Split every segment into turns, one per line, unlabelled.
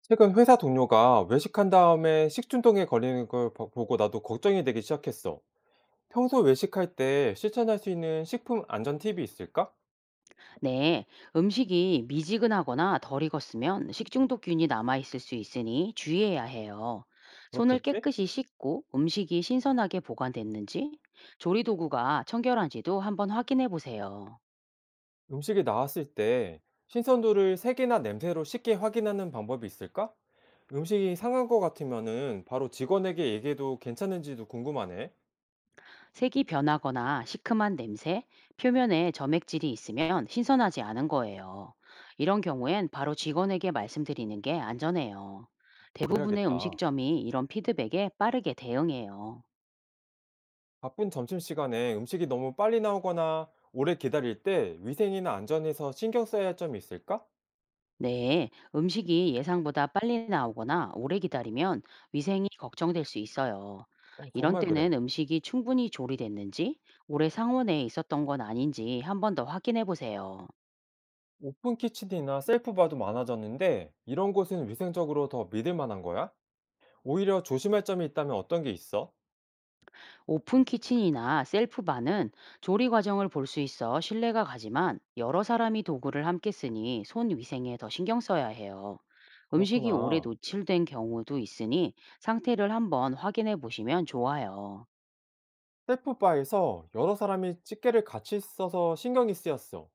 최근 회사 동료가 외식한 다음에 식중독에 걸리는 걸 보고 나도 걱정이 되기 시작했어. 평소 외식할 때 실천할 수 있는 식품 안전 팁이 있을까?
네, 음식이 미지근하거나 덜 익었으면 식중독균이 남아있을 수 있으니 주의해야 해요. 손을
그렇겠지?
깨끗이 씻고 음식이 신선하게 보관됐는지, 조리도구가 청결한지도 한번 확인해 보세요.
음식이 나왔을 때 신선도를 색이나 냄새로 쉽게 확인하는 방법이 있을까? 음식이 상한 것 같으면은 바로 직원에게 얘기해도 괜찮은지도 궁금하네.
색이 변하거나 시큼한 냄새, 표면에 점액질이 있으면 신선하지 않은 거예요. 이런 경우엔 바로 직원에게 말씀드리는 게 안전해요. 대부분의
그래야겠다.
음식점이 이런 피드백에 빠르게 대응해요.
바쁜 점심시간에 음식이 너무 빨리 나오거나 오래 기다릴 때 위생이나 안전에서 신경 써야 할 점이 있을까?
네, 음식이 예상보다 빨리 나오거나 오래 기다리면 위생이 걱정될 수 있어요.
어,
이런
정말
때는
그래.
음식이 충분히 조리됐는지, 오래 상온에 있었던 건 아닌지 한번 더 확인해 보세요.
오픈 키친이나 셀프 바도 많아졌는데 이런 곳은 위생적으로 더 믿을 만한 거야? 오히려 조심할 점이 있다면 어떤 게 있어?
오픈 키친이나 셀프바는 조리 과정을 볼 수 있어 신뢰가 가지만 여러 사람이 도구를 함께 쓰니 손 위생에 더 신경 써야 해요. 음식이 오래
그렇구나.
노출된 경우도 있으니 상태를 한번 확인해 보시면 좋아요.
셀프 바에서 여러 사람이 집게를 같이 써서 신경이 쓰였어.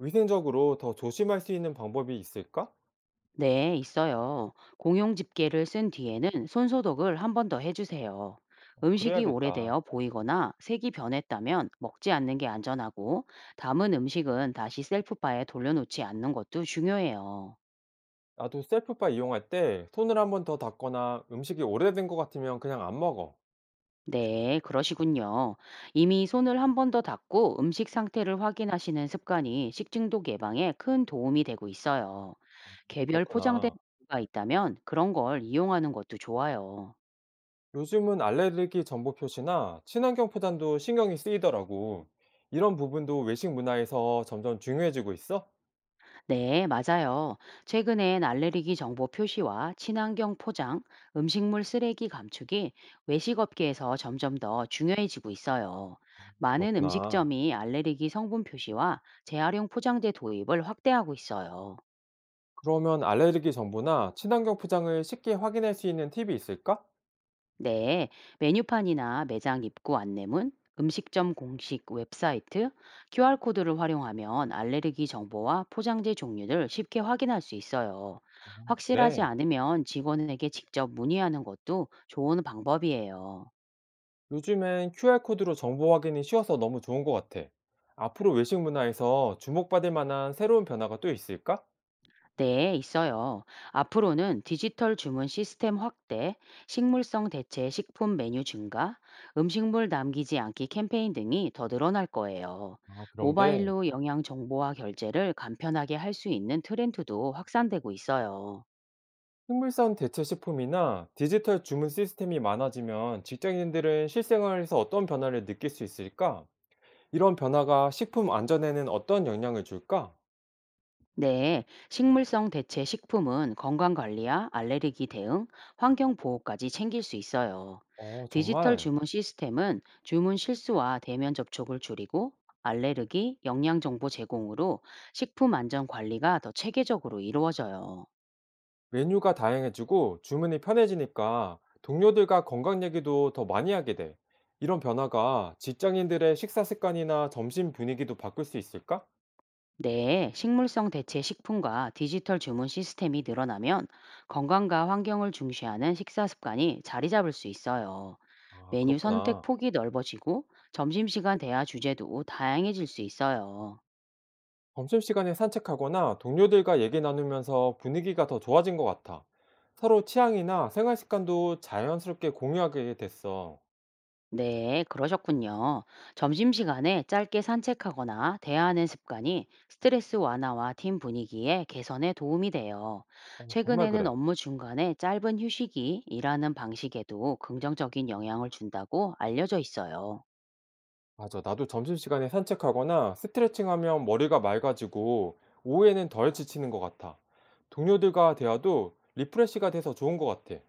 위생적으로 더 조심할 수 있는 방법이 있을까?
네, 있어요. 공용 집게를 쓴 뒤에는 손소독을 한 번 더 해주세요. 음식이
그래야겠다.
오래되어 보이거나 색이 변했다면 먹지 않는 게 안전하고 남은 음식은 다시 셀프바에 돌려놓지 않는 것도 중요해요.
나도 셀프 바 이용할 때 손을 한번 더 닦거나 음식이 오래된 것 같으면 그냥 안 먹어.
네, 그러시군요. 이미 손을 한 번 더 닦고 음식 상태를 확인하시는 습관이 식중독 예방에 큰 도움이 되고 있어요. 개별 포장된
그렇구나.
가 있다면 그런 걸 이용하는 것도 좋아요.
요즘은 알레르기 정보 표시나 친환경 포장도 신경이 쓰이더라고. 이런 부분도 외식 문화에서 점점 중요해지고 있어?
네, 맞아요. 최근엔 알레르기 정보 표시와 친환경 포장, 음식물 쓰레기 감축이 외식업계에서 점점 더 중요해지고 있어요. 많은
그렇구나.
음식점이 알레르기 성분 표시와 재활용 포장재 도입을 확대하고 있어요.
그러면 알레르기 정보나 친환경 포장을 쉽게 확인할 수 있는 팁이 있을까?
네, 메뉴판이나 매장 입구 안내문, 음식점 공식 웹사이트, QR코드를 활용하면 알레르기 정보와 포장재 종류를 쉽게 확인할 수 있어요. 확실하지
그래.
않으면 직원에게 직접 문의하는 것도 좋은 방법이에요.
요즘엔 QR코드로 정보 확인이 쉬워서 너무 좋은 것 같아. 앞으로 외식 문화에서 주목받을 만한 새로운 변화가 또 있을까?
네, 있어요. 앞으로는 디지털 주문 시스템 확대, 식물성 대체 식품 메뉴 증가, 음식물 남기지 않기 캠페인 등이 더 늘어날 거예요.
아, 그런 게
모바일로 영양 정보와 결제를 간편하게 할 수 있는 트렌드도 확산되고 있어요.
식물성 대체 식품이나 디지털 주문 시스템이 많아지면 직장인들은 실생활에서 어떤 변화를 느낄 수 있을까? 이런 변화가 식품 안전에는 어떤 영향을 줄까?
네, 식물성 대체 식품은 건강관리와 알레르기 대응, 환경보호까지 챙길 수 있어요.
어,
디지털
정말
주문 시스템은 주문 실수와 대면 접촉을 줄이고 알레르기, 영양정보 제공으로 식품 안전 관리가 더 체계적으로 이루어져요.
메뉴가 다양해지고 주문이 편해지니까 동료들과 건강 얘기도 더 많이 하게 돼. 이런 변화가 직장인들의 식사 습관이나 점심 분위기도 바꿀 수 있을까?
네, 식물성 대체 식품과 디지털 주문 시스템이 늘어나면 건강과 환경을 중시하는 식사 습관이 자리 잡을 수 있어요.
아,
메뉴 선택
그렇구나.
폭이 넓어지고 점심시간 대화 주제도 다양해질 수 있어요.
점심시간에 산책하거나 동료들과 얘기 나누면서 분위기가 더 좋아진 것 같아. 서로 취향이나 생활 습관도 자연스럽게 공유하게 됐어.
네, 그러셨군요. 점심시간에 짧게 산책하거나 대화하는 습관이 스트레스 완화와 팀 분위기의 개선에 도움이 돼요.
어, 정말
최근에는
그래.
업무 중간에 짧은 휴식이 일하는 방식에도 긍정적인 영향을 준다고 알려져 있어요.
맞아. 나도 점심시간에 산책하거나 스트레칭하면 머리가 맑아지고 오후에는 덜 지치는 것 같아. 동료들과 대화도 리프레시가 돼서 좋은 것 같아.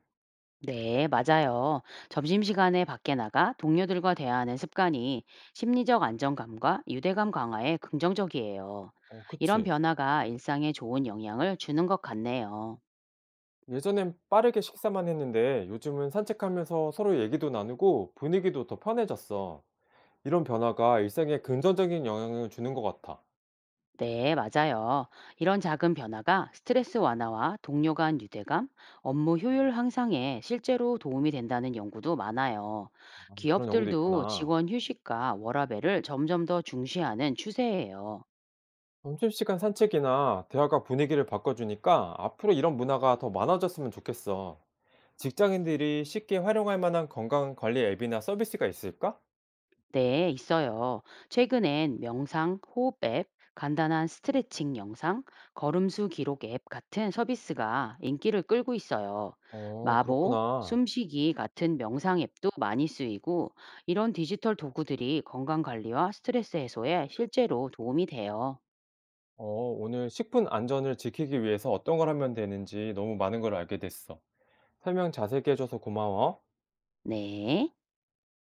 네, 맞아요. 점심시간에 밖에 나가 동료들과 대화하는 습관이 심리적 안정감과 유대감 강화에 긍정적이에요.
어,
이런
그치.
변화가 일상에 좋은 영향을 주는 것 같네요.
예전엔 빠르게 식사만 했는데 요즘은 산책하면서 서로 얘기도 나누고 분위기도 더 편해졌어. 이런 변화가 일상에 긍정적인 영향을 주는 것 같아.
네, 맞아요. 이런 작은 변화가 스트레스 완화와 동료 간 유대감, 업무 효율 향상에 실제로 도움이 된다는 연구도 많아요.
아, 그런 연구도
기업들도
있구나.
직원 휴식과 워라밸을 점점 더 중시하는 추세예요.
점심시간 산책이나 대화가 분위기를 바꿔주니까 앞으로 이런 문화가 더 많아졌으면 좋겠어. 직장인들이 쉽게 활용할 만한 건강관리 앱이나 서비스가 있을까?
네, 있어요. 최근엔 명상, 호흡 앱, 간단한 스트레칭 영상, 걸음수 기록 앱 같은 서비스가 인기를 끌고 있어요.
어,
마보,
그렇구나.
숨쉬기 같은 명상 앱도 많이 쓰이고, 이런 디지털 도구들이 건강 관리와 스트레스 해소에 실제로 도움이 돼요.
어, 오늘 식품 안전을 지키기 위해서 어떤 걸 하면 되는지 너무 많은 걸 알게 됐어. 설명 자세히 해줘서 고마워.
네.